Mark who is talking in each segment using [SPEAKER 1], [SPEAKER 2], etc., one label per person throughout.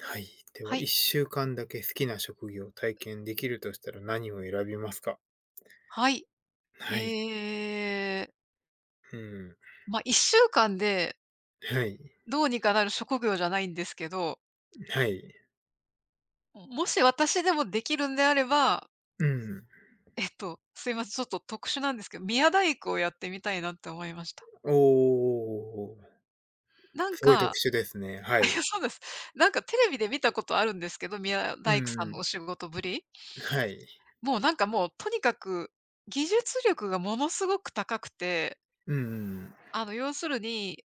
[SPEAKER 1] はい。で
[SPEAKER 2] は
[SPEAKER 1] は、
[SPEAKER 2] い。
[SPEAKER 1] 1週間だけ好きな職業を体験できるとしたら何を選びますか？
[SPEAKER 2] はい。
[SPEAKER 1] はい。
[SPEAKER 2] ええ、
[SPEAKER 1] うん。
[SPEAKER 2] まあ、1週間で
[SPEAKER 1] はい。
[SPEAKER 2] どうにかなる職業じゃないんですけど、
[SPEAKER 1] はい。
[SPEAKER 2] もし私でもできるんであれば、
[SPEAKER 1] うん。
[SPEAKER 2] すいません、ちょっと特殊なんですけど、宮大工をやってみたいなって思いました。
[SPEAKER 1] おお、
[SPEAKER 2] なん
[SPEAKER 1] すごい特
[SPEAKER 2] か
[SPEAKER 1] 殊ですね。は
[SPEAKER 2] あ いや、
[SPEAKER 1] い。
[SPEAKER 2] そうです。なんかテレビで見たことあるんですけど、宮
[SPEAKER 1] う
[SPEAKER 2] 大工さんのお
[SPEAKER 1] ん。
[SPEAKER 2] 仕事ぶり。
[SPEAKER 1] はい。
[SPEAKER 2] もうなんかもうとにかく技術力がものすごく高くて、
[SPEAKER 1] うん。
[SPEAKER 2] あの要するに、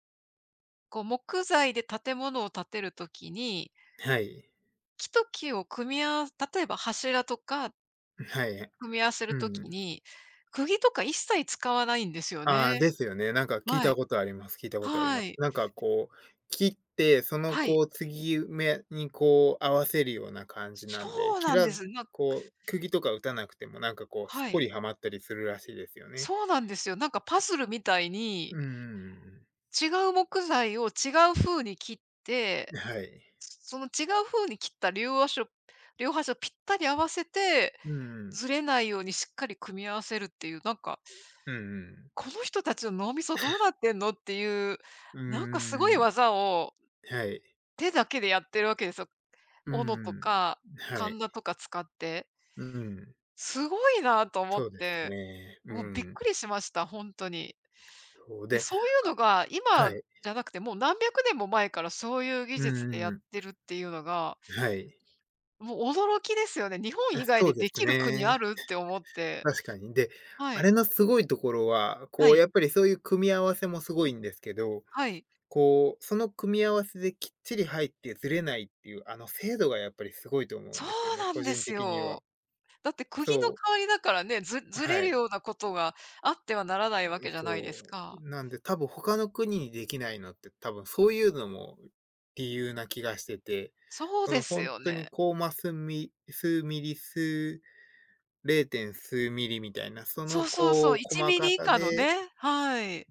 [SPEAKER 2] こう木材で建物を建てるときに
[SPEAKER 1] はい。
[SPEAKER 2] 木と木を組み合わ例えば柱とか
[SPEAKER 1] はい。
[SPEAKER 2] 組み合わせる
[SPEAKER 1] う
[SPEAKER 2] とき
[SPEAKER 1] ん。
[SPEAKER 2] に、釘とか一切使わないんですよ
[SPEAKER 1] ああ、
[SPEAKER 2] ね。
[SPEAKER 1] ですよね。なんか聞い
[SPEAKER 2] は
[SPEAKER 1] た
[SPEAKER 2] い。
[SPEAKER 1] ことあります。聞いたことありま
[SPEAKER 2] は
[SPEAKER 1] す。
[SPEAKER 2] い。
[SPEAKER 1] なんかこう、切って、その
[SPEAKER 2] はい。
[SPEAKER 1] こう継ぎ目にこう合わせるような感じなん
[SPEAKER 2] そ
[SPEAKER 1] で、
[SPEAKER 2] う
[SPEAKER 1] 切
[SPEAKER 2] なん
[SPEAKER 1] ら
[SPEAKER 2] で
[SPEAKER 1] ず、
[SPEAKER 2] す。
[SPEAKER 1] こう釘とか打たなくても、なんかこうすっ
[SPEAKER 2] は
[SPEAKER 1] ぽ
[SPEAKER 2] い。
[SPEAKER 1] りはまったりするらしいですよね。
[SPEAKER 2] そうなんですよ。なんかパズルみたいに、
[SPEAKER 1] うんうん。
[SPEAKER 2] 違う木材を違う風に切っ
[SPEAKER 1] う
[SPEAKER 2] て、
[SPEAKER 1] ん。はい。
[SPEAKER 2] その違う風に切った両端をぴったり合わせて、
[SPEAKER 1] うんうん。
[SPEAKER 2] ずれないようにしっかり組み合わせるっていう、なんか、
[SPEAKER 1] うんうん。
[SPEAKER 2] この人たちの脳みそどうなってんのっていう、
[SPEAKER 1] うー
[SPEAKER 2] なんかすごい
[SPEAKER 1] ん。
[SPEAKER 2] 技を
[SPEAKER 1] はい。
[SPEAKER 2] 手だけでやってるわけですよ。
[SPEAKER 1] う
[SPEAKER 2] 斧と
[SPEAKER 1] ん。
[SPEAKER 2] か、
[SPEAKER 1] は
[SPEAKER 2] カン
[SPEAKER 1] い。
[SPEAKER 2] ナとか使って。
[SPEAKER 1] うん。
[SPEAKER 2] すごいなと思っ
[SPEAKER 1] そうです
[SPEAKER 2] て、
[SPEAKER 1] ね。う
[SPEAKER 2] もうびっ
[SPEAKER 1] ん。
[SPEAKER 2] くりしました、ほんとに。
[SPEAKER 1] そう
[SPEAKER 2] で、
[SPEAKER 1] で、
[SPEAKER 2] そういう
[SPEAKER 1] あ、
[SPEAKER 2] のが
[SPEAKER 1] は
[SPEAKER 2] 今
[SPEAKER 1] い。
[SPEAKER 2] じゃなくて、もう何百年も前からそういう技
[SPEAKER 1] う
[SPEAKER 2] 術
[SPEAKER 1] ん
[SPEAKER 2] でや
[SPEAKER 1] う
[SPEAKER 2] っ
[SPEAKER 1] ん。
[SPEAKER 2] てるっていうのが、
[SPEAKER 1] はい。
[SPEAKER 2] もう驚きですよね。日本
[SPEAKER 1] あ、
[SPEAKER 2] 以外
[SPEAKER 1] そ
[SPEAKER 2] で
[SPEAKER 1] うで
[SPEAKER 2] で
[SPEAKER 1] す
[SPEAKER 2] きる国あ
[SPEAKER 1] ね。
[SPEAKER 2] るって思って。
[SPEAKER 1] 確かに。で、
[SPEAKER 2] は
[SPEAKER 1] あ
[SPEAKER 2] い。
[SPEAKER 1] れのすごいところは、
[SPEAKER 2] は
[SPEAKER 1] こう
[SPEAKER 2] い。
[SPEAKER 1] やっぱりそういう組み合わせもすごいんですけど、
[SPEAKER 2] はい。
[SPEAKER 1] こう、その組み合わせできっちり入ってずれないっていう、あの精度がやっぱりすごいと思う
[SPEAKER 2] そ
[SPEAKER 1] ん
[SPEAKER 2] う
[SPEAKER 1] ですよね、
[SPEAKER 2] なん
[SPEAKER 1] 個
[SPEAKER 2] で
[SPEAKER 1] 人
[SPEAKER 2] す
[SPEAKER 1] 的には。
[SPEAKER 2] よ。だって釘の
[SPEAKER 1] そう、
[SPEAKER 2] 代わりだからね、ずれ
[SPEAKER 1] は
[SPEAKER 2] る
[SPEAKER 1] い、
[SPEAKER 2] ようなことがあってはならないわけじゃないです
[SPEAKER 1] そ
[SPEAKER 2] か。
[SPEAKER 1] う。なんで、多分他の国にできないのって、多分そういうのも理由な気がしてて、
[SPEAKER 2] そう
[SPEAKER 1] そ
[SPEAKER 2] で
[SPEAKER 1] の
[SPEAKER 2] す
[SPEAKER 1] 本
[SPEAKER 2] よ
[SPEAKER 1] 当に
[SPEAKER 2] ね。
[SPEAKER 1] コーマ数ミ、数ミリ、数 0. 数ミリみたいな、そ
[SPEAKER 2] そ
[SPEAKER 1] の
[SPEAKER 2] うそう
[SPEAKER 1] こ
[SPEAKER 2] そう、
[SPEAKER 1] う細
[SPEAKER 2] 1ミ
[SPEAKER 1] か
[SPEAKER 2] リ以
[SPEAKER 1] さ
[SPEAKER 2] 下の
[SPEAKER 1] で
[SPEAKER 2] ね、はい。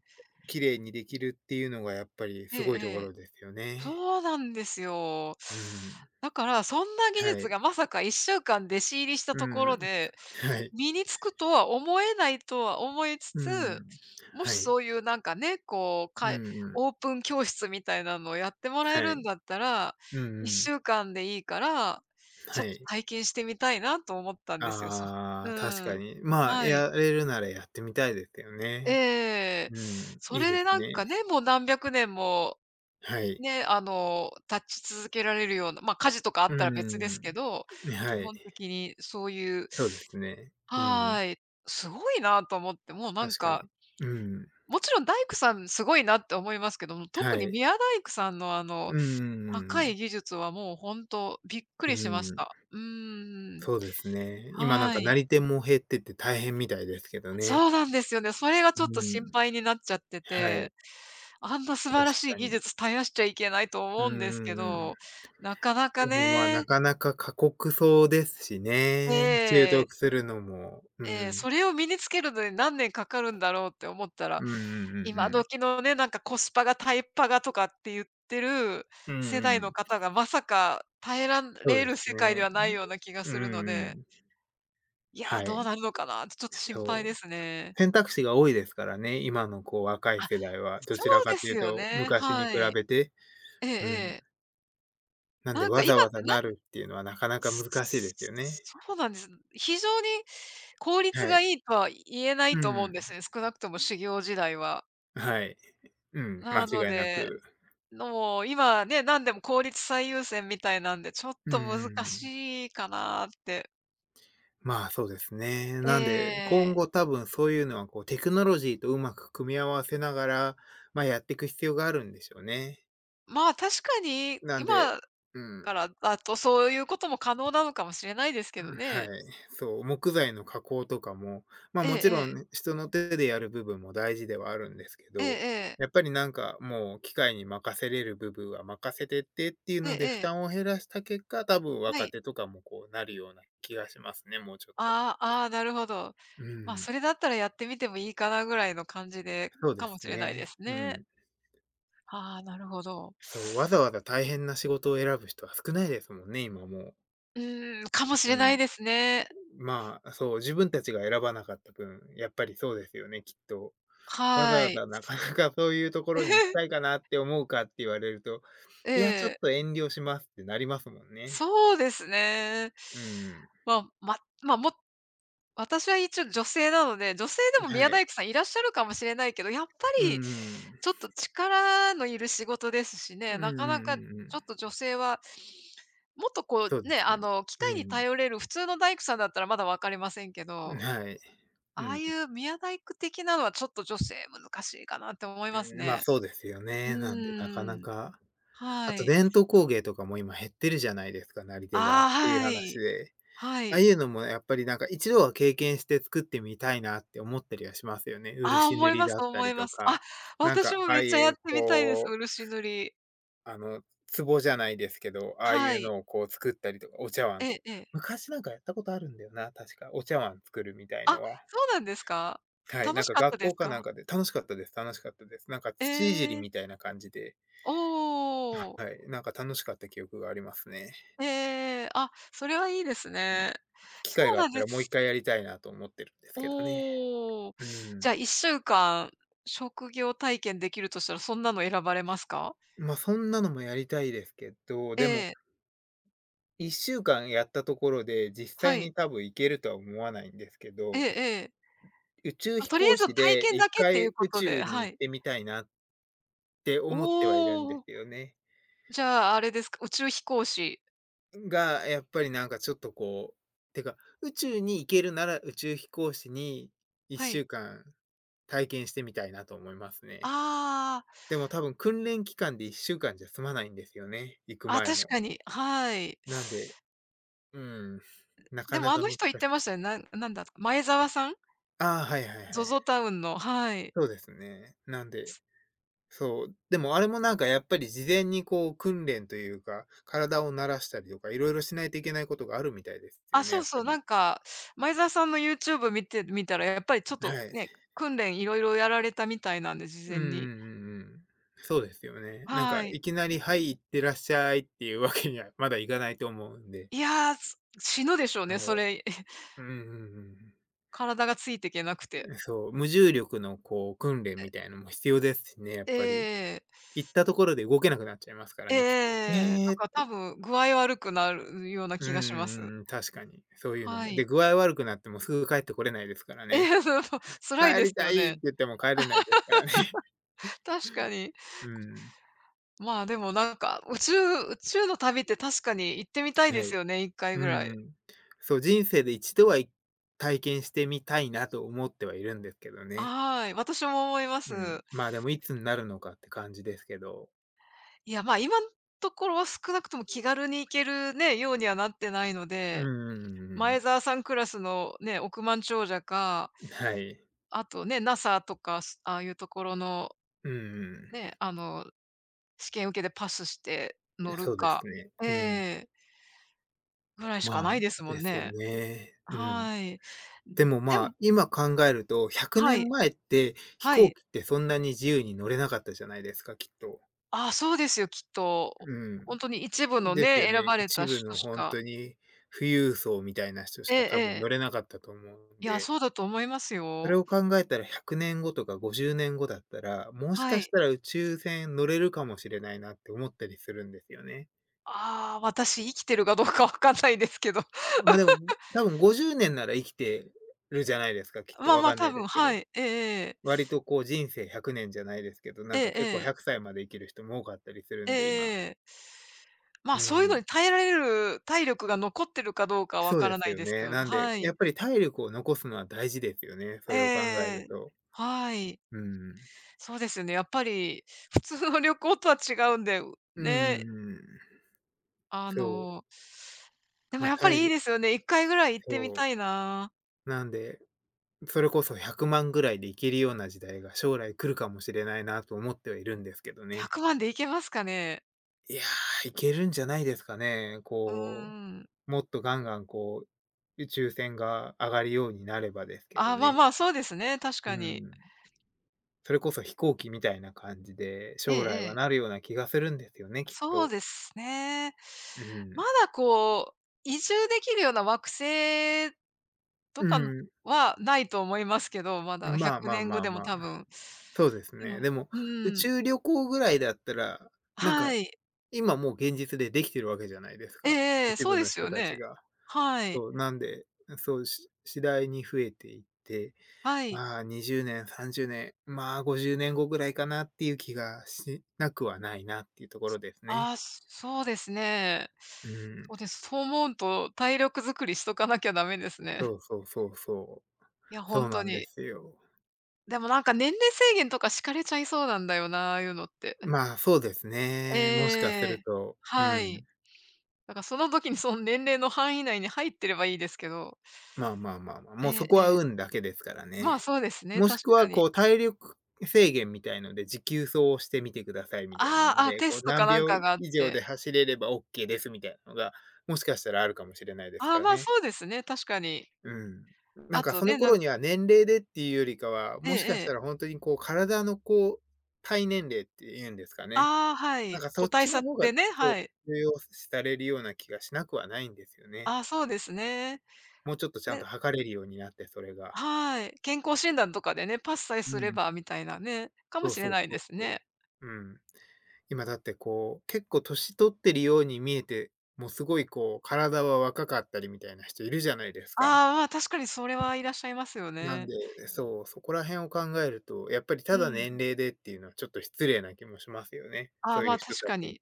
[SPEAKER 1] 綺麗にできるっていうのがやっぱり
[SPEAKER 2] ええ
[SPEAKER 1] す
[SPEAKER 2] え
[SPEAKER 1] ごいとこ
[SPEAKER 2] え。
[SPEAKER 1] ろですよね。
[SPEAKER 2] そうなんですよ。
[SPEAKER 1] うん。
[SPEAKER 2] だから、そんな技
[SPEAKER 1] は
[SPEAKER 2] 術
[SPEAKER 1] い。
[SPEAKER 2] がまさか1週間弟子入りしたところ
[SPEAKER 1] うん。
[SPEAKER 2] で、
[SPEAKER 1] はい。
[SPEAKER 2] 身につくとは思えないとは思いつ
[SPEAKER 1] う
[SPEAKER 2] つ、
[SPEAKER 1] ん。
[SPEAKER 2] もし
[SPEAKER 1] はい。
[SPEAKER 2] そういうなんかね、こう、
[SPEAKER 1] うんうん。
[SPEAKER 2] オープン教室みたいなのをやってもらえ
[SPEAKER 1] は
[SPEAKER 2] る
[SPEAKER 1] い。
[SPEAKER 2] んだったら、
[SPEAKER 1] うんう
[SPEAKER 2] 1
[SPEAKER 1] ん。
[SPEAKER 2] 週間でいいから、ち
[SPEAKER 1] は
[SPEAKER 2] ょっと
[SPEAKER 1] い。
[SPEAKER 2] 体験してみたいなと思ったんですよ。そ
[SPEAKER 1] あ
[SPEAKER 2] う
[SPEAKER 1] あ、確か
[SPEAKER 2] ん。
[SPEAKER 1] に。まあ、
[SPEAKER 2] はい。
[SPEAKER 1] やれるならやってみたいですよね。
[SPEAKER 2] ええ。
[SPEAKER 1] うん、
[SPEAKER 2] そ
[SPEAKER 1] いい
[SPEAKER 2] れ
[SPEAKER 1] で
[SPEAKER 2] で
[SPEAKER 1] す
[SPEAKER 2] なんか
[SPEAKER 1] ね。
[SPEAKER 2] ね、もう何百年も、
[SPEAKER 1] はい。
[SPEAKER 2] ね、あの、立ち続けられるような、ま、火事とかあっ
[SPEAKER 1] う
[SPEAKER 2] たら別ですけ
[SPEAKER 1] ん
[SPEAKER 2] ど、
[SPEAKER 1] うん。は
[SPEAKER 2] 基
[SPEAKER 1] い。
[SPEAKER 2] 本的にそういう
[SPEAKER 1] そうですね。うん、
[SPEAKER 2] はい、すごいなと思って、もうなん
[SPEAKER 1] 確か
[SPEAKER 2] か、
[SPEAKER 1] に。うん。
[SPEAKER 2] もちろん大工さんすごいなって思いますけども、特
[SPEAKER 1] は
[SPEAKER 2] に
[SPEAKER 1] い。
[SPEAKER 2] 宮大工さんのあの、
[SPEAKER 1] うんうんうんう
[SPEAKER 2] 高い
[SPEAKER 1] ん。
[SPEAKER 2] 技術はもうほんとびっく
[SPEAKER 1] う
[SPEAKER 2] りしまし
[SPEAKER 1] ん。
[SPEAKER 2] た。
[SPEAKER 1] そうですね。今なん
[SPEAKER 2] は
[SPEAKER 1] かな
[SPEAKER 2] い。
[SPEAKER 1] り手も減ってて大変みたいですけど
[SPEAKER 2] そ
[SPEAKER 1] ね。
[SPEAKER 2] うなんですよね。それがちょっと
[SPEAKER 1] う
[SPEAKER 2] 心
[SPEAKER 1] ん。
[SPEAKER 2] 配になっちゃって
[SPEAKER 1] は
[SPEAKER 2] て。
[SPEAKER 1] い、
[SPEAKER 2] あんな素晴
[SPEAKER 1] 確
[SPEAKER 2] らしい
[SPEAKER 1] か
[SPEAKER 2] 技
[SPEAKER 1] に。
[SPEAKER 2] 術絶やしちゃいけないと
[SPEAKER 1] う
[SPEAKER 2] 思
[SPEAKER 1] ん
[SPEAKER 2] うんです
[SPEAKER 1] う
[SPEAKER 2] け
[SPEAKER 1] んう
[SPEAKER 2] ど、
[SPEAKER 1] ん。
[SPEAKER 2] なかなか
[SPEAKER 1] でも、まあ、な
[SPEAKER 2] ね、
[SPEAKER 1] かなか過酷そうですし
[SPEAKER 2] え
[SPEAKER 1] ね、習
[SPEAKER 2] え、
[SPEAKER 1] 得するのも。う
[SPEAKER 2] ええ、
[SPEAKER 1] ん。
[SPEAKER 2] それを身につけるのに何年かかるんだろうって思ったら、
[SPEAKER 1] うんうんうん
[SPEAKER 2] 今
[SPEAKER 1] うん。
[SPEAKER 2] 時のね、なんかコスパがタイパがとかって言ってる
[SPEAKER 1] うん
[SPEAKER 2] 世代
[SPEAKER 1] う
[SPEAKER 2] の
[SPEAKER 1] ん。
[SPEAKER 2] 方がまさか耐えら
[SPEAKER 1] そ
[SPEAKER 2] れ
[SPEAKER 1] うで
[SPEAKER 2] る
[SPEAKER 1] す
[SPEAKER 2] 世界で
[SPEAKER 1] ね。
[SPEAKER 2] はないような気が
[SPEAKER 1] うん
[SPEAKER 2] するの
[SPEAKER 1] う
[SPEAKER 2] で、
[SPEAKER 1] ん。
[SPEAKER 2] いや、
[SPEAKER 1] は
[SPEAKER 2] どう
[SPEAKER 1] い、
[SPEAKER 2] なるのかなってちょっと心配
[SPEAKER 1] そ
[SPEAKER 2] で
[SPEAKER 1] う。
[SPEAKER 2] すね。
[SPEAKER 1] 選択肢が多いですからね、今のこう若い
[SPEAKER 2] あ、
[SPEAKER 1] 世代は、ど
[SPEAKER 2] そ
[SPEAKER 1] ちら
[SPEAKER 2] う
[SPEAKER 1] か
[SPEAKER 2] で
[SPEAKER 1] とい
[SPEAKER 2] す
[SPEAKER 1] う
[SPEAKER 2] よ
[SPEAKER 1] と
[SPEAKER 2] ね、
[SPEAKER 1] 昔に比
[SPEAKER 2] はい。え
[SPEAKER 1] べて。
[SPEAKER 2] ええ
[SPEAKER 1] うん。
[SPEAKER 2] え。
[SPEAKER 1] なんで
[SPEAKER 2] なんか
[SPEAKER 1] わ
[SPEAKER 2] 今っ
[SPEAKER 1] ざわ
[SPEAKER 2] て
[SPEAKER 1] ざな
[SPEAKER 2] な
[SPEAKER 1] るっていうのはなかなか難しいです
[SPEAKER 2] そ
[SPEAKER 1] よね。
[SPEAKER 2] そうなんです。非常に効率
[SPEAKER 1] は
[SPEAKER 2] が
[SPEAKER 1] い。
[SPEAKER 2] いいとは言えな
[SPEAKER 1] う
[SPEAKER 2] いと思うん
[SPEAKER 1] ん、
[SPEAKER 2] ですね、少なくとも修行時代は。
[SPEAKER 1] はい。うん、間
[SPEAKER 2] なの
[SPEAKER 1] 違いな
[SPEAKER 2] で、
[SPEAKER 1] く。
[SPEAKER 2] 今ね、何でも効率最優先みたいなんで、ちょっ
[SPEAKER 1] う
[SPEAKER 2] と難
[SPEAKER 1] ん。
[SPEAKER 2] しいかなって。
[SPEAKER 1] まあ、そうですね。なんで、
[SPEAKER 2] ええ
[SPEAKER 1] 今後多分そういうのはこうテクノロジーとうまく組み合わせながら、ま、やっていく必要があるんでしょうね。
[SPEAKER 2] まあ、確かに
[SPEAKER 1] なんで、
[SPEAKER 2] 今
[SPEAKER 1] う
[SPEAKER 2] か
[SPEAKER 1] ん。
[SPEAKER 2] らだとそういうことも可能なのかもしれないですけど
[SPEAKER 1] は
[SPEAKER 2] ね。
[SPEAKER 1] い。そう、木材の加工とかも、まあ、
[SPEAKER 2] ええ
[SPEAKER 1] もち
[SPEAKER 2] ええ。
[SPEAKER 1] ろん人の手でやる部分も大事ではあるんですけ
[SPEAKER 2] ええ
[SPEAKER 1] ど、
[SPEAKER 2] ええ。
[SPEAKER 1] やっぱりなんかもう機械に任せれる部分は任せてってっていう
[SPEAKER 2] ええ
[SPEAKER 1] ので負
[SPEAKER 2] ええ。
[SPEAKER 1] 担を減らした結果、多分
[SPEAKER 2] は
[SPEAKER 1] 若
[SPEAKER 2] い。
[SPEAKER 1] 手とかもこうなるような気がしますね、もうちょっと。
[SPEAKER 2] ああ、ああ、なるほど。
[SPEAKER 1] う
[SPEAKER 2] まあ、
[SPEAKER 1] ん。
[SPEAKER 2] それだったらやってみてもいいかなぐらいの感じで
[SPEAKER 1] そう
[SPEAKER 2] か
[SPEAKER 1] で
[SPEAKER 2] もし
[SPEAKER 1] す
[SPEAKER 2] れないで
[SPEAKER 1] ね。
[SPEAKER 2] す
[SPEAKER 1] う
[SPEAKER 2] ね。
[SPEAKER 1] ん。
[SPEAKER 2] ああ、なるほど。
[SPEAKER 1] そう、わざわざ大変な仕事を選ぶ人は少ないですもんね、今もう。
[SPEAKER 2] うーん、かもし
[SPEAKER 1] う
[SPEAKER 2] れない
[SPEAKER 1] ん。
[SPEAKER 2] ですね。
[SPEAKER 1] まあ、そう、自分たちが選ばなかった分、やっぱりそうですよね、きっと。わざ
[SPEAKER 2] は
[SPEAKER 1] わ
[SPEAKER 2] い。
[SPEAKER 1] ざなかなかそういうところに行きたい かなって思うかって言われると、
[SPEAKER 2] えへ
[SPEAKER 1] いや、
[SPEAKER 2] え
[SPEAKER 1] ちょっ
[SPEAKER 2] え、
[SPEAKER 1] と遠慮しますってなりますもんね。
[SPEAKER 2] そうですね。
[SPEAKER 1] うん。
[SPEAKER 2] ま、まま、も私は一応女性なので、女性で
[SPEAKER 1] ん。
[SPEAKER 2] も
[SPEAKER 1] は
[SPEAKER 2] 宮
[SPEAKER 1] い。
[SPEAKER 2] 大工さんいらっしゃるかもしれないけど、やっぱ
[SPEAKER 1] うんう
[SPEAKER 2] り
[SPEAKER 1] ん。
[SPEAKER 2] ちょっと力のいる仕事ですしね、
[SPEAKER 1] うん
[SPEAKER 2] なか
[SPEAKER 1] う
[SPEAKER 2] なかち
[SPEAKER 1] んうんうん。
[SPEAKER 2] ょっと女性は、もっとこ
[SPEAKER 1] そう
[SPEAKER 2] う
[SPEAKER 1] で
[SPEAKER 2] ね、
[SPEAKER 1] す
[SPEAKER 2] あ
[SPEAKER 1] ね。
[SPEAKER 2] の、機
[SPEAKER 1] う
[SPEAKER 2] 械に
[SPEAKER 1] ん。
[SPEAKER 2] 頼れる普通の大工さんだったらまだ分かりませんけど、
[SPEAKER 1] はい。う
[SPEAKER 2] ああ
[SPEAKER 1] ん。
[SPEAKER 2] いう宮大工的なのはちょっと女性難しいかなって思います
[SPEAKER 1] うん、まあ、
[SPEAKER 2] ね。
[SPEAKER 1] そうですよ
[SPEAKER 2] う
[SPEAKER 1] ね。なんでなかな
[SPEAKER 2] ーん、
[SPEAKER 1] か。あ
[SPEAKER 2] は
[SPEAKER 1] と
[SPEAKER 2] い。
[SPEAKER 1] 伝統工芸とかも今減ってるじゃないですか、なり手がっ
[SPEAKER 2] ああ、
[SPEAKER 1] ていう
[SPEAKER 2] は
[SPEAKER 1] 話
[SPEAKER 2] い。
[SPEAKER 1] で。
[SPEAKER 2] は
[SPEAKER 1] ああ
[SPEAKER 2] い。
[SPEAKER 1] いうのもやっぱりなんか一度は経験して作ってみたいなって思ったりはしますよね。
[SPEAKER 2] ああ、
[SPEAKER 1] 漆
[SPEAKER 2] 思
[SPEAKER 1] 塗
[SPEAKER 2] い
[SPEAKER 1] り
[SPEAKER 2] ます
[SPEAKER 1] だった
[SPEAKER 2] 思
[SPEAKER 1] り
[SPEAKER 2] いま
[SPEAKER 1] と
[SPEAKER 2] す。あ、
[SPEAKER 1] か、なん
[SPEAKER 2] 私
[SPEAKER 1] か
[SPEAKER 2] も
[SPEAKER 1] あ
[SPEAKER 2] め
[SPEAKER 1] あ
[SPEAKER 2] っ
[SPEAKER 1] い
[SPEAKER 2] ちゃやっ
[SPEAKER 1] う
[SPEAKER 2] てみたいです、
[SPEAKER 1] こう、
[SPEAKER 2] 漆塗り。
[SPEAKER 1] あの、壺じゃないですけど、ああい
[SPEAKER 2] は
[SPEAKER 1] う
[SPEAKER 2] い。
[SPEAKER 1] のをこう作ったりとか、お茶
[SPEAKER 2] え
[SPEAKER 1] 碗とか
[SPEAKER 2] えええ。
[SPEAKER 1] 昔なんかやったことあるんだよな、確か。お茶碗作るみたい
[SPEAKER 2] あ、
[SPEAKER 1] のは。
[SPEAKER 2] そうなんですか？
[SPEAKER 1] はい、
[SPEAKER 2] 楽
[SPEAKER 1] なん
[SPEAKER 2] し
[SPEAKER 1] か
[SPEAKER 2] かった
[SPEAKER 1] 学
[SPEAKER 2] です
[SPEAKER 1] 校かなん
[SPEAKER 2] か？
[SPEAKER 1] かで楽しかったです、楽しかったです。なんか
[SPEAKER 2] え
[SPEAKER 1] 土いじり
[SPEAKER 2] え。
[SPEAKER 1] みたいな感じで、
[SPEAKER 2] お
[SPEAKER 1] は
[SPEAKER 2] お。
[SPEAKER 1] い、なんか楽しかった記憶がありますね。
[SPEAKER 2] ええあ、それはいいです
[SPEAKER 1] うん。
[SPEAKER 2] ね。
[SPEAKER 1] 機会
[SPEAKER 2] そう
[SPEAKER 1] があ
[SPEAKER 2] な
[SPEAKER 1] っ
[SPEAKER 2] ん
[SPEAKER 1] た
[SPEAKER 2] で
[SPEAKER 1] らもう一
[SPEAKER 2] す。
[SPEAKER 1] 回やりたいなと思ってるんですけどね。
[SPEAKER 2] おお。
[SPEAKER 1] う
[SPEAKER 2] じ
[SPEAKER 1] ん。
[SPEAKER 2] ゃあ1週間、職業体験できるとしたら、そんなの選ばれますか？
[SPEAKER 1] まあ、そんなのもやりたいですけど、
[SPEAKER 2] え
[SPEAKER 1] でも、
[SPEAKER 2] え。
[SPEAKER 1] 1週間やったところで、実
[SPEAKER 2] は
[SPEAKER 1] 際
[SPEAKER 2] い。
[SPEAKER 1] に多分行けるとは思わないんですけ
[SPEAKER 2] ええ
[SPEAKER 1] ど、
[SPEAKER 2] ええ。
[SPEAKER 1] 宇宙
[SPEAKER 2] あ、
[SPEAKER 1] 飛
[SPEAKER 2] とりあえ
[SPEAKER 1] 行
[SPEAKER 2] ず
[SPEAKER 1] 士
[SPEAKER 2] 体
[SPEAKER 1] で
[SPEAKER 2] 験
[SPEAKER 1] 1
[SPEAKER 2] だけっていう
[SPEAKER 1] 回
[SPEAKER 2] こ
[SPEAKER 1] 宇
[SPEAKER 2] とで、
[SPEAKER 1] 宙に
[SPEAKER 2] は
[SPEAKER 1] 行っ
[SPEAKER 2] い。
[SPEAKER 1] てみたいなって思ってはいるん
[SPEAKER 2] お
[SPEAKER 1] で
[SPEAKER 2] お。
[SPEAKER 1] すよね。
[SPEAKER 2] じゃあ、あれですか、宇宙飛行士。
[SPEAKER 1] が、やっぱりなんかちょっとこう、てか、宇宙に行けるなら宇宙飛行士に
[SPEAKER 2] は
[SPEAKER 1] 1
[SPEAKER 2] い。
[SPEAKER 1] 週間体験してみたいなと思いますね。
[SPEAKER 2] ああ、
[SPEAKER 1] でも多分訓練期間で1週間じゃ済まないんですよね、行く
[SPEAKER 2] あ、
[SPEAKER 1] 前
[SPEAKER 2] 確
[SPEAKER 1] の。
[SPEAKER 2] かに、はい。
[SPEAKER 1] なんで、うん、な
[SPEAKER 2] で
[SPEAKER 1] か
[SPEAKER 2] も
[SPEAKER 1] な
[SPEAKER 2] あ
[SPEAKER 1] か
[SPEAKER 2] の
[SPEAKER 1] 難
[SPEAKER 2] 人言っ
[SPEAKER 1] し
[SPEAKER 2] てましたよ
[SPEAKER 1] い。
[SPEAKER 2] ね、なんなんだ、前澤さん
[SPEAKER 1] ああ、はいはい
[SPEAKER 2] ゾ
[SPEAKER 1] はい。
[SPEAKER 2] ゾタウンの、はい。
[SPEAKER 1] そうですね。なんで、そう、でもあれもなんかやっぱり事前にこう訓練というか、体を慣らしたりとか、いろいろしないといけないことがあるみたいです
[SPEAKER 2] あ、
[SPEAKER 1] よね、
[SPEAKER 2] そう
[SPEAKER 1] やっぱ
[SPEAKER 2] そう、な
[SPEAKER 1] り。
[SPEAKER 2] んか、前澤さんの YouTube 見てみたら、やっぱりちょっ
[SPEAKER 1] は
[SPEAKER 2] と
[SPEAKER 1] い。
[SPEAKER 2] ね、訓練いろいろやられたみたいなんで、事
[SPEAKER 1] う
[SPEAKER 2] 前
[SPEAKER 1] んうん
[SPEAKER 2] に。
[SPEAKER 1] うんうん。そうですよね。なん
[SPEAKER 2] は
[SPEAKER 1] か
[SPEAKER 2] い。
[SPEAKER 1] いきなり、はい、行ってらっしゃいっていうわけにはまだいかないと思うんで、
[SPEAKER 2] いや、死ぬでしょうね、そ
[SPEAKER 1] そ
[SPEAKER 2] れ、
[SPEAKER 1] う。うんうん
[SPEAKER 2] 体がついていけなくて。
[SPEAKER 1] うん。そう、無重力のこう訓練
[SPEAKER 2] え、
[SPEAKER 1] みたいのも必要ですしね、やっぱり。
[SPEAKER 2] ええ。
[SPEAKER 1] 行ったところで動けなくなっちゃいますか
[SPEAKER 2] え
[SPEAKER 1] らね、きっと。
[SPEAKER 2] え。なんか多分具合悪くなるような
[SPEAKER 1] うん
[SPEAKER 2] 気がし
[SPEAKER 1] う
[SPEAKER 2] ます。
[SPEAKER 1] んうん、確かに。そういうのも。
[SPEAKER 2] は
[SPEAKER 1] で、
[SPEAKER 2] い。
[SPEAKER 1] 具合悪くなってもすぐ帰ってこれないですから
[SPEAKER 2] ええ、
[SPEAKER 1] ね。
[SPEAKER 2] そうそう、辛い
[SPEAKER 1] 帰
[SPEAKER 2] です
[SPEAKER 1] りた
[SPEAKER 2] よ
[SPEAKER 1] いっ
[SPEAKER 2] ね。
[SPEAKER 1] て言っても帰れないですからね。
[SPEAKER 2] 確かに。
[SPEAKER 1] うん。
[SPEAKER 2] まあ、でもなんか、宇宙の旅って確かに行ってみたい
[SPEAKER 1] は
[SPEAKER 2] です
[SPEAKER 1] い。
[SPEAKER 2] よね、1回
[SPEAKER 1] う
[SPEAKER 2] ぐら
[SPEAKER 1] んう
[SPEAKER 2] い。
[SPEAKER 1] ん。そう、人生で一度は、体験してみたいなと思ってはいるんですけどね。
[SPEAKER 2] はい、私も思いま
[SPEAKER 1] うん。
[SPEAKER 2] す。
[SPEAKER 1] まあ、でもいつになるのかって感じですけど。
[SPEAKER 2] いや、まあ、今んところは少なくとも気軽に行けるね、ようにはなってないの
[SPEAKER 1] う
[SPEAKER 2] で、
[SPEAKER 1] んう
[SPEAKER 2] 前
[SPEAKER 1] ん
[SPEAKER 2] 澤さんクラスのね、億万長者か、
[SPEAKER 1] うん。はい。
[SPEAKER 2] あとね、NASA とか、ああいうところの
[SPEAKER 1] うん
[SPEAKER 2] ね、あの、試験受けてパスして
[SPEAKER 1] う
[SPEAKER 2] 乗
[SPEAKER 1] ん。
[SPEAKER 2] る
[SPEAKER 1] そうです
[SPEAKER 2] か
[SPEAKER 1] ね。
[SPEAKER 2] え
[SPEAKER 1] うん。
[SPEAKER 2] え、ぐらいしか
[SPEAKER 1] ま
[SPEAKER 2] な
[SPEAKER 1] あ、
[SPEAKER 2] いですも
[SPEAKER 1] で
[SPEAKER 2] ん
[SPEAKER 1] すよ
[SPEAKER 2] ね。
[SPEAKER 1] ね。うん。
[SPEAKER 2] はい。
[SPEAKER 1] でも、
[SPEAKER 2] で
[SPEAKER 1] ま
[SPEAKER 2] も
[SPEAKER 1] あ、今考えると、100
[SPEAKER 2] は
[SPEAKER 1] 年
[SPEAKER 2] い、
[SPEAKER 1] 前って飛
[SPEAKER 2] は
[SPEAKER 1] 行
[SPEAKER 2] い。
[SPEAKER 1] 機ってそんなに自由に乗れなかったじゃないですか、きっと。
[SPEAKER 2] ああ、そうですよ、きっと。
[SPEAKER 1] う
[SPEAKER 2] ほんとに一部
[SPEAKER 1] ん。
[SPEAKER 2] の
[SPEAKER 1] ですよ
[SPEAKER 2] ね、選
[SPEAKER 1] ね。
[SPEAKER 2] ばれた
[SPEAKER 1] 一部
[SPEAKER 2] 人
[SPEAKER 1] の
[SPEAKER 2] し
[SPEAKER 1] ほん
[SPEAKER 2] か
[SPEAKER 1] とに富裕層みたいな人
[SPEAKER 2] え
[SPEAKER 1] し
[SPEAKER 2] え
[SPEAKER 1] か多分
[SPEAKER 2] ええ。
[SPEAKER 1] 乗れなかったと思うん
[SPEAKER 2] いや、
[SPEAKER 1] で、
[SPEAKER 2] そうだと思います
[SPEAKER 1] それ
[SPEAKER 2] よ。
[SPEAKER 1] を考えたら100年後とか50年後だったら、もし
[SPEAKER 2] は
[SPEAKER 1] かし
[SPEAKER 2] い。
[SPEAKER 1] たら宇宙船乗れるかもしれないなって思ったりするんですよね。
[SPEAKER 2] ああ、私生きてるかどうかわかんないですけど。
[SPEAKER 1] ま、でも、多分50年なら生きてるじゃないですか、きっと、
[SPEAKER 2] まあ
[SPEAKER 1] わ
[SPEAKER 2] まあ、
[SPEAKER 1] かんな
[SPEAKER 2] 多
[SPEAKER 1] いで
[SPEAKER 2] 分、
[SPEAKER 1] すけ
[SPEAKER 2] は
[SPEAKER 1] ど。
[SPEAKER 2] い。ええええ。
[SPEAKER 1] 割とこう人生100年じゃないですけど、
[SPEAKER 2] え
[SPEAKER 1] なんか
[SPEAKER 2] え
[SPEAKER 1] 結構
[SPEAKER 2] ええ。
[SPEAKER 1] 100歳まで生きる人も多かったりする
[SPEAKER 2] え
[SPEAKER 1] ん
[SPEAKER 2] え
[SPEAKER 1] で、今。
[SPEAKER 2] ええ。まあ、
[SPEAKER 1] う
[SPEAKER 2] そういうの
[SPEAKER 1] ん。
[SPEAKER 2] に耐えられる体力が残ってるかどうかわ
[SPEAKER 1] そう
[SPEAKER 2] から
[SPEAKER 1] で
[SPEAKER 2] な
[SPEAKER 1] す
[SPEAKER 2] い
[SPEAKER 1] よ
[SPEAKER 2] ですけ
[SPEAKER 1] ね。
[SPEAKER 2] ど、
[SPEAKER 1] なんで、
[SPEAKER 2] は
[SPEAKER 1] や
[SPEAKER 2] い。
[SPEAKER 1] っぱり体力を残すのは大事ですよね、そ
[SPEAKER 2] えええ
[SPEAKER 1] れを考える
[SPEAKER 2] え。
[SPEAKER 1] と。
[SPEAKER 2] はい。
[SPEAKER 1] うん。
[SPEAKER 2] そうですよね、やっぱり普通の旅行とは違うんで、
[SPEAKER 1] うんう
[SPEAKER 2] ね、
[SPEAKER 1] んうん。
[SPEAKER 2] あ
[SPEAKER 1] そ
[SPEAKER 2] の、
[SPEAKER 1] う。
[SPEAKER 2] でも
[SPEAKER 1] ま、あ
[SPEAKER 2] やっぱ
[SPEAKER 1] 体
[SPEAKER 2] りいい
[SPEAKER 1] 力
[SPEAKER 2] ですよね。1回ぐらい行ってみ
[SPEAKER 1] そう。
[SPEAKER 2] たいな。
[SPEAKER 1] なんで、それこそ100万ぐらいでいけるような時代が将来来るかもしれないなと思ってはいるんですけどね。
[SPEAKER 2] 100万で行けますかね？
[SPEAKER 1] いやー、いけるんじゃないですかね。
[SPEAKER 2] うーん。
[SPEAKER 1] もっとガンガンこう、宇宙船が上がるようになればですけ
[SPEAKER 2] あ、
[SPEAKER 1] ど
[SPEAKER 2] まあま
[SPEAKER 1] ね。
[SPEAKER 2] あ、そうですね、確
[SPEAKER 1] う
[SPEAKER 2] かに。
[SPEAKER 1] ん。それこそ飛行機みたいな感じで、
[SPEAKER 2] ええ
[SPEAKER 1] 将来は
[SPEAKER 2] え
[SPEAKER 1] な
[SPEAKER 2] え。
[SPEAKER 1] るような気がするんですよね、きっ
[SPEAKER 2] そう
[SPEAKER 1] と。
[SPEAKER 2] ですね。
[SPEAKER 1] う
[SPEAKER 2] ま
[SPEAKER 1] ん。
[SPEAKER 2] だこう、移住できるような惑星と
[SPEAKER 1] う
[SPEAKER 2] か
[SPEAKER 1] ん。
[SPEAKER 2] はないと思いますけど、まだ100
[SPEAKER 1] まあまあ
[SPEAKER 2] 年
[SPEAKER 1] ま
[SPEAKER 2] 後
[SPEAKER 1] あ
[SPEAKER 2] でも
[SPEAKER 1] まあ。
[SPEAKER 2] 多分。
[SPEAKER 1] そうです
[SPEAKER 2] で
[SPEAKER 1] ね。
[SPEAKER 2] も
[SPEAKER 1] でも、
[SPEAKER 2] う
[SPEAKER 1] 宇
[SPEAKER 2] ーん、
[SPEAKER 1] 宙旅行ぐらいだったら、なんか、
[SPEAKER 2] はい。
[SPEAKER 1] 今もう現実でできてるわけじゃないです
[SPEAKER 2] ええ
[SPEAKER 1] か、
[SPEAKER 2] ええ、
[SPEAKER 1] 一
[SPEAKER 2] そう
[SPEAKER 1] 部
[SPEAKER 2] で
[SPEAKER 1] の
[SPEAKER 2] す
[SPEAKER 1] 人
[SPEAKER 2] よ
[SPEAKER 1] たち
[SPEAKER 2] ね。
[SPEAKER 1] が。
[SPEAKER 2] はい。
[SPEAKER 1] そう、なんで、そう、し次第に増えていって、
[SPEAKER 2] はい。
[SPEAKER 1] まあ、20年、30年、まあ、50年後ぐらいかなっていう気がしなくはないなっていうところですね。
[SPEAKER 2] ああ、そうですね。
[SPEAKER 1] う
[SPEAKER 2] そ
[SPEAKER 1] ん。
[SPEAKER 2] うです。そう思うと、体力作りしとかなきゃダメですね。
[SPEAKER 1] そう そうそうそう。
[SPEAKER 2] いや、ほ
[SPEAKER 1] そ
[SPEAKER 2] ん
[SPEAKER 1] うな
[SPEAKER 2] と
[SPEAKER 1] んで
[SPEAKER 2] に。
[SPEAKER 1] すよ。
[SPEAKER 2] でもなんか年齢制限とか敷かれちゃいそうなんだよな、ああいうのって。
[SPEAKER 1] まあ、そうです
[SPEAKER 2] ええ
[SPEAKER 1] ね。もしかす
[SPEAKER 2] え
[SPEAKER 1] る
[SPEAKER 2] え。
[SPEAKER 1] と、う
[SPEAKER 2] はい。
[SPEAKER 1] ん。
[SPEAKER 2] だからその時にその年齢の範囲内に入ってればいいですけど。
[SPEAKER 1] まあまあまあまあ、
[SPEAKER 2] え
[SPEAKER 1] もう
[SPEAKER 2] え
[SPEAKER 1] そこ
[SPEAKER 2] え
[SPEAKER 1] は
[SPEAKER 2] え。
[SPEAKER 1] 運だけですから
[SPEAKER 2] まあ、
[SPEAKER 1] ね。
[SPEAKER 2] そうですね、
[SPEAKER 1] もし
[SPEAKER 2] 確
[SPEAKER 1] く
[SPEAKER 2] か
[SPEAKER 1] はこ
[SPEAKER 2] に。
[SPEAKER 1] う体力制限みたいので、持久走をしてみてくださいみたいな
[SPEAKER 2] あ
[SPEAKER 1] の
[SPEAKER 2] あ、あ、
[SPEAKER 1] で、
[SPEAKER 2] テ
[SPEAKER 1] こう
[SPEAKER 2] ストか
[SPEAKER 1] 何
[SPEAKER 2] なん
[SPEAKER 1] 秒
[SPEAKER 2] か
[SPEAKER 1] 以
[SPEAKER 2] があっ
[SPEAKER 1] 上
[SPEAKER 2] て。
[SPEAKER 1] で走れればオッケーですみたいなのが、もしかしたらあるかもしれないです
[SPEAKER 2] あ
[SPEAKER 1] か
[SPEAKER 2] あ、
[SPEAKER 1] ら
[SPEAKER 2] まあ、
[SPEAKER 1] ね。
[SPEAKER 2] そうですね、確かに。
[SPEAKER 1] うん。なん
[SPEAKER 2] あ
[SPEAKER 1] か
[SPEAKER 2] と
[SPEAKER 1] その
[SPEAKER 2] ね、なん
[SPEAKER 1] 頃
[SPEAKER 2] か
[SPEAKER 1] には年齢でっていうよりかは、
[SPEAKER 2] ええ
[SPEAKER 1] もしか
[SPEAKER 2] え
[SPEAKER 1] し
[SPEAKER 2] え。
[SPEAKER 1] たら本当にこう体のこう、体年齢っていうんですかね。
[SPEAKER 2] ああ、は
[SPEAKER 1] なん
[SPEAKER 2] い。
[SPEAKER 1] かそ
[SPEAKER 2] 個
[SPEAKER 1] っ
[SPEAKER 2] 体
[SPEAKER 1] ち
[SPEAKER 2] 差
[SPEAKER 1] の方が、
[SPEAKER 2] でね、
[SPEAKER 1] そう、
[SPEAKER 2] はい。
[SPEAKER 1] 重要視されるような気がしなくはないんですよね。
[SPEAKER 2] ああ、そうですね。
[SPEAKER 1] もうちょっとちゃん
[SPEAKER 2] ね。
[SPEAKER 1] と測れるようになって、それが。
[SPEAKER 2] はい。健康診断とかでね、パスさえ
[SPEAKER 1] う
[SPEAKER 2] すれ
[SPEAKER 1] ん。
[SPEAKER 2] ばみたいなね、かも
[SPEAKER 1] そう
[SPEAKER 2] しれ
[SPEAKER 1] そう
[SPEAKER 2] ない
[SPEAKER 1] そ
[SPEAKER 2] で
[SPEAKER 1] う
[SPEAKER 2] す
[SPEAKER 1] そう。
[SPEAKER 2] ね。
[SPEAKER 1] うん。今だってこう、結構年取ってるように見えて、もうすごいこう、体は若かったりみたいな人いるじゃないですか。
[SPEAKER 2] ああ、まあ、確かにそれはいらっしゃいますよ
[SPEAKER 1] なん
[SPEAKER 2] ね。
[SPEAKER 1] で、そう、そこら辺を考えると、やっぱり
[SPEAKER 2] う
[SPEAKER 1] ただ
[SPEAKER 2] ん。
[SPEAKER 1] 年齢でっていうのはちょっと失礼な気もしますよね。
[SPEAKER 2] ああ、
[SPEAKER 1] そう
[SPEAKER 2] ま
[SPEAKER 1] いう
[SPEAKER 2] あ、
[SPEAKER 1] 人
[SPEAKER 2] 確
[SPEAKER 1] た
[SPEAKER 2] か
[SPEAKER 1] ちに。
[SPEAKER 2] に。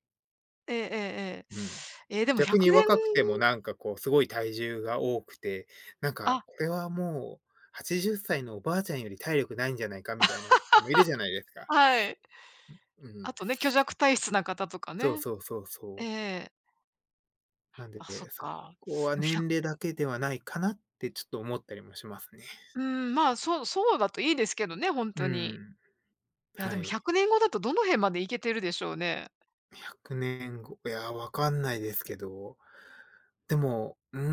[SPEAKER 2] えええええ
[SPEAKER 1] うん。
[SPEAKER 2] え。ええ、でも
[SPEAKER 1] 逆に
[SPEAKER 2] 100年
[SPEAKER 1] 若くてもなんかこう、すごい体重が多くて、なんか、
[SPEAKER 2] あ、
[SPEAKER 1] これはもう、80歳のおばあちゃんより体力ないんじゃないかみたいな人もいるじゃないですか。
[SPEAKER 2] はい。
[SPEAKER 1] うん。
[SPEAKER 2] あとね、虚弱体質な方とか
[SPEAKER 1] そう
[SPEAKER 2] ね。
[SPEAKER 1] そうそう
[SPEAKER 2] え
[SPEAKER 1] そう。
[SPEAKER 2] え。
[SPEAKER 1] なんで、
[SPEAKER 2] あ、そっ
[SPEAKER 1] そ
[SPEAKER 2] か。
[SPEAKER 1] こは
[SPEAKER 2] でも1
[SPEAKER 1] 年齢だけではないかなってちょっと思ったりもしますね。
[SPEAKER 2] うん、まあ、そうそうだといいですけどね、本
[SPEAKER 1] う
[SPEAKER 2] 当に。
[SPEAKER 1] ん。
[SPEAKER 2] いや、で
[SPEAKER 1] は
[SPEAKER 2] も100
[SPEAKER 1] い。
[SPEAKER 2] 年後だとどの辺まで行けてるでしょうね。
[SPEAKER 1] 100年後、いや、わかんないですけど、でも、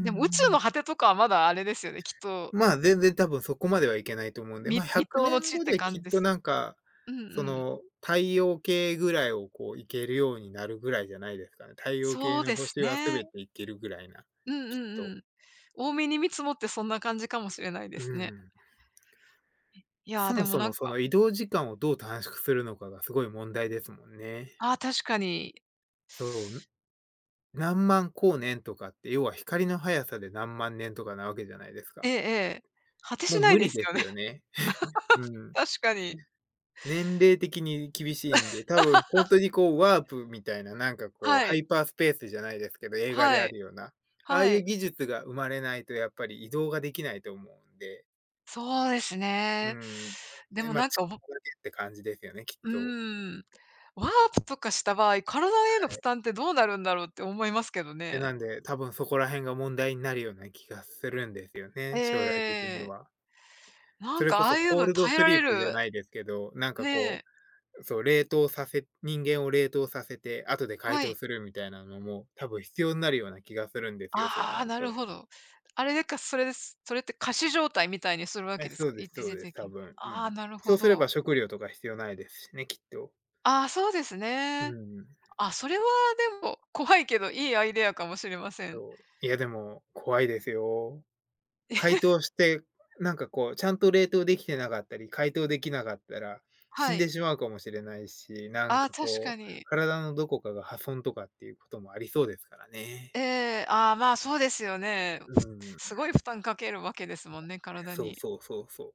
[SPEAKER 2] でも宇宙の果てとかはまだあれですよね、きっと、
[SPEAKER 1] まあ、全然多分そこまではいけないと思うんで、まあ、100
[SPEAKER 2] 未踏
[SPEAKER 1] 年
[SPEAKER 2] の地っ
[SPEAKER 1] 後
[SPEAKER 2] て
[SPEAKER 1] で
[SPEAKER 2] 感
[SPEAKER 1] き
[SPEAKER 2] じ
[SPEAKER 1] っ
[SPEAKER 2] で
[SPEAKER 1] と
[SPEAKER 2] す
[SPEAKER 1] なんか、
[SPEAKER 2] うんう
[SPEAKER 1] そ
[SPEAKER 2] ん。
[SPEAKER 1] の、太陽系ぐらいをこう行けるようになるぐらいじゃないですかね。太陽
[SPEAKER 2] そ
[SPEAKER 1] 系
[SPEAKER 2] う
[SPEAKER 1] の
[SPEAKER 2] です
[SPEAKER 1] 星はす
[SPEAKER 2] ね。
[SPEAKER 1] べて行けるぐらいな、
[SPEAKER 2] うんう
[SPEAKER 1] きっ
[SPEAKER 2] ん
[SPEAKER 1] と。
[SPEAKER 2] うん。多めに見積もってそんな感じかもしれないで
[SPEAKER 1] う
[SPEAKER 2] すね。
[SPEAKER 1] ん。
[SPEAKER 2] いや、
[SPEAKER 1] そ
[SPEAKER 2] で
[SPEAKER 1] も
[SPEAKER 2] も
[SPEAKER 1] そ
[SPEAKER 2] なん
[SPEAKER 1] もそ
[SPEAKER 2] か、
[SPEAKER 1] の移動時間をどう短縮するのかがすごい問題ですもんね。
[SPEAKER 2] ああ、確かに。
[SPEAKER 1] そう、何万光年とかって、要は光の速さで何万年とかなわけじゃないです
[SPEAKER 2] ええ
[SPEAKER 1] か。
[SPEAKER 2] ええ。果てし
[SPEAKER 1] もう
[SPEAKER 2] ない
[SPEAKER 1] 無
[SPEAKER 2] で
[SPEAKER 1] 理
[SPEAKER 2] す
[SPEAKER 1] で
[SPEAKER 2] よ
[SPEAKER 1] す
[SPEAKER 2] ね。
[SPEAKER 1] よ ね。うん。
[SPEAKER 2] 確かに。
[SPEAKER 1] 年齢的に厳しいんで、多分ほ んとにこうワープみたいな、なんかこう
[SPEAKER 2] は
[SPEAKER 1] ハ
[SPEAKER 2] い。
[SPEAKER 1] イパースペースじゃないですけど、映画で
[SPEAKER 2] は
[SPEAKER 1] あ
[SPEAKER 2] い。
[SPEAKER 1] るような、ああ
[SPEAKER 2] は
[SPEAKER 1] いう
[SPEAKER 2] い。
[SPEAKER 1] 技術が生まれないとやっぱり移動ができないと思うんで、
[SPEAKER 2] そうです
[SPEAKER 1] う
[SPEAKER 2] ね。
[SPEAKER 1] ん、
[SPEAKER 2] で
[SPEAKER 1] え、
[SPEAKER 2] も
[SPEAKER 1] ま、
[SPEAKER 2] なん
[SPEAKER 1] ち
[SPEAKER 2] か、ぼ
[SPEAKER 1] って感じですよね、きっ
[SPEAKER 2] う
[SPEAKER 1] と。
[SPEAKER 2] ーん、ワープとかした場合、体への負担ってどうなるんだろうって思いますけど
[SPEAKER 1] え、
[SPEAKER 2] ね。
[SPEAKER 1] なんで、多分そこら辺が問題になるような気がするんですよ
[SPEAKER 2] え
[SPEAKER 1] ね、将来的に
[SPEAKER 2] え。
[SPEAKER 1] は。
[SPEAKER 2] な
[SPEAKER 1] そ
[SPEAKER 2] ん
[SPEAKER 1] れ
[SPEAKER 2] か
[SPEAKER 1] こ
[SPEAKER 2] ああ
[SPEAKER 1] そ
[SPEAKER 2] いう
[SPEAKER 1] コ
[SPEAKER 2] の
[SPEAKER 1] ー
[SPEAKER 2] に
[SPEAKER 1] ルド
[SPEAKER 2] 耐え
[SPEAKER 1] ス
[SPEAKER 2] ら
[SPEAKER 1] リ
[SPEAKER 2] れ
[SPEAKER 1] ープじゃ
[SPEAKER 2] る
[SPEAKER 1] ないですけど、なん
[SPEAKER 2] ね
[SPEAKER 1] かこ
[SPEAKER 2] え。
[SPEAKER 1] う、そう、冷凍させ人間を冷凍させて、後で解
[SPEAKER 2] は
[SPEAKER 1] 凍
[SPEAKER 2] い。
[SPEAKER 1] するみたいなのも、多分必要になるような気がするんですよ、そう
[SPEAKER 2] あ
[SPEAKER 1] な
[SPEAKER 2] あ、
[SPEAKER 1] る
[SPEAKER 2] なる
[SPEAKER 1] と。
[SPEAKER 2] ほど。あれでか、それです。それって仮死状態みたいにするわけ
[SPEAKER 1] え、
[SPEAKER 2] です
[SPEAKER 1] そう
[SPEAKER 2] か？
[SPEAKER 1] です
[SPEAKER 2] 一
[SPEAKER 1] そう
[SPEAKER 2] 時
[SPEAKER 1] です、
[SPEAKER 2] 的
[SPEAKER 1] 多
[SPEAKER 2] に。
[SPEAKER 1] 分、う
[SPEAKER 2] ああ、
[SPEAKER 1] ん。
[SPEAKER 2] なる
[SPEAKER 1] そ
[SPEAKER 2] ほ
[SPEAKER 1] うすれ
[SPEAKER 2] ど。
[SPEAKER 1] ば食料とか必要ないですしね、きっと。
[SPEAKER 2] ああ、そうです
[SPEAKER 1] う
[SPEAKER 2] ね。
[SPEAKER 1] ん、
[SPEAKER 2] あ、それはでも、怖いけどいいアイデアかもしれません。
[SPEAKER 1] そう。いや、でも怖いですよ。解 凍して、なんかこう、ちゃんと冷凍できてなかったり、解凍できなかったら、死
[SPEAKER 2] は
[SPEAKER 1] ん
[SPEAKER 2] い。
[SPEAKER 1] でしまうかもしれないし、なん
[SPEAKER 2] ああ、
[SPEAKER 1] か
[SPEAKER 2] 確
[SPEAKER 1] こ
[SPEAKER 2] か
[SPEAKER 1] う、
[SPEAKER 2] に。
[SPEAKER 1] 体のどこかが破損とかっていうこともありそうですからね。
[SPEAKER 2] ええ、ああ、まあ、そうですよね。
[SPEAKER 1] う
[SPEAKER 2] ふ
[SPEAKER 1] ん、
[SPEAKER 2] すごい負担かけるわけですもんね、体
[SPEAKER 1] そう
[SPEAKER 2] に。
[SPEAKER 1] そうそうそう。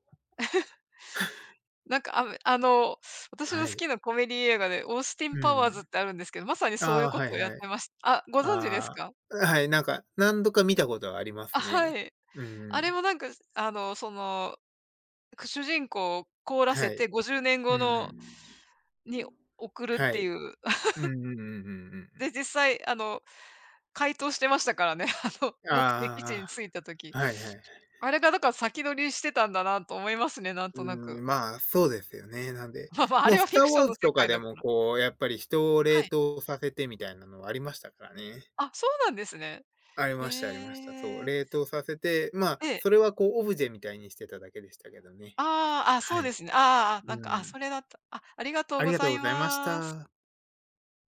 [SPEAKER 2] なんか、ああの、私の
[SPEAKER 1] は
[SPEAKER 2] 好
[SPEAKER 1] い。
[SPEAKER 2] きなコメディ映画でオースティ
[SPEAKER 1] う
[SPEAKER 2] ン・パワーズっ
[SPEAKER 1] ん。
[SPEAKER 2] てあるんですけど、まさにそうい
[SPEAKER 1] あ
[SPEAKER 2] う
[SPEAKER 1] あ、
[SPEAKER 2] こ
[SPEAKER 1] は
[SPEAKER 2] と
[SPEAKER 1] い
[SPEAKER 2] をやっ
[SPEAKER 1] はい。
[SPEAKER 2] てましたあ、ご存知です
[SPEAKER 1] あ
[SPEAKER 2] か？
[SPEAKER 1] あ、はい、なんか、何度か見たことはありま
[SPEAKER 2] あ、
[SPEAKER 1] すね。
[SPEAKER 2] はい。
[SPEAKER 1] う
[SPEAKER 2] あれ
[SPEAKER 1] ん。
[SPEAKER 2] もなんか、あの、その、主人公を凍らせ
[SPEAKER 1] はい。
[SPEAKER 2] て50年
[SPEAKER 1] う
[SPEAKER 2] 後の
[SPEAKER 1] ん
[SPEAKER 2] に送るっ
[SPEAKER 1] は
[SPEAKER 2] て
[SPEAKER 1] い。
[SPEAKER 2] いう。
[SPEAKER 1] うんうんうんうんう
[SPEAKER 2] で、
[SPEAKER 1] ん。
[SPEAKER 2] 実際、あの、解凍してましたからね、あの、目的地
[SPEAKER 1] あ
[SPEAKER 2] に着いた時。
[SPEAKER 1] あ、はいはい。
[SPEAKER 2] あれがだから先取りしてたんだなと思いますね、なん
[SPEAKER 1] う
[SPEAKER 2] とな
[SPEAKER 1] ー
[SPEAKER 2] く。
[SPEAKER 1] ん、まあ、そうですよね。なんで、
[SPEAKER 2] まあまあ、あ
[SPEAKER 1] もう
[SPEAKER 2] れは
[SPEAKER 1] ス
[SPEAKER 2] フィ
[SPEAKER 1] ター・
[SPEAKER 2] クショ
[SPEAKER 1] ウ
[SPEAKER 2] ン
[SPEAKER 1] ォー
[SPEAKER 2] の
[SPEAKER 1] ズ
[SPEAKER 2] 世
[SPEAKER 1] とか
[SPEAKER 2] 界
[SPEAKER 1] で
[SPEAKER 2] だか
[SPEAKER 1] も
[SPEAKER 2] ら。
[SPEAKER 1] こう、やっぱり人を
[SPEAKER 2] は
[SPEAKER 1] 冷
[SPEAKER 2] い。
[SPEAKER 1] 凍させてみたいなのはありましたからね。
[SPEAKER 2] あ、そうなんですね。
[SPEAKER 1] ありましたありま
[SPEAKER 2] へ
[SPEAKER 1] した。そう、
[SPEAKER 2] え。
[SPEAKER 1] 冷凍させて、まあ、
[SPEAKER 2] ええ。
[SPEAKER 1] それはこうオブジェみたいにしてただけでしたけどね。
[SPEAKER 2] ああ、あ、そ
[SPEAKER 1] は
[SPEAKER 2] う
[SPEAKER 1] い。
[SPEAKER 2] ですね。ああ、
[SPEAKER 1] う
[SPEAKER 2] なんか、あ、そ
[SPEAKER 1] ん。
[SPEAKER 2] れだった。あ、ありがとう
[SPEAKER 1] あり
[SPEAKER 2] ご
[SPEAKER 1] が
[SPEAKER 2] ざ
[SPEAKER 1] とうご
[SPEAKER 2] い
[SPEAKER 1] ざいまし
[SPEAKER 2] ます。
[SPEAKER 1] た。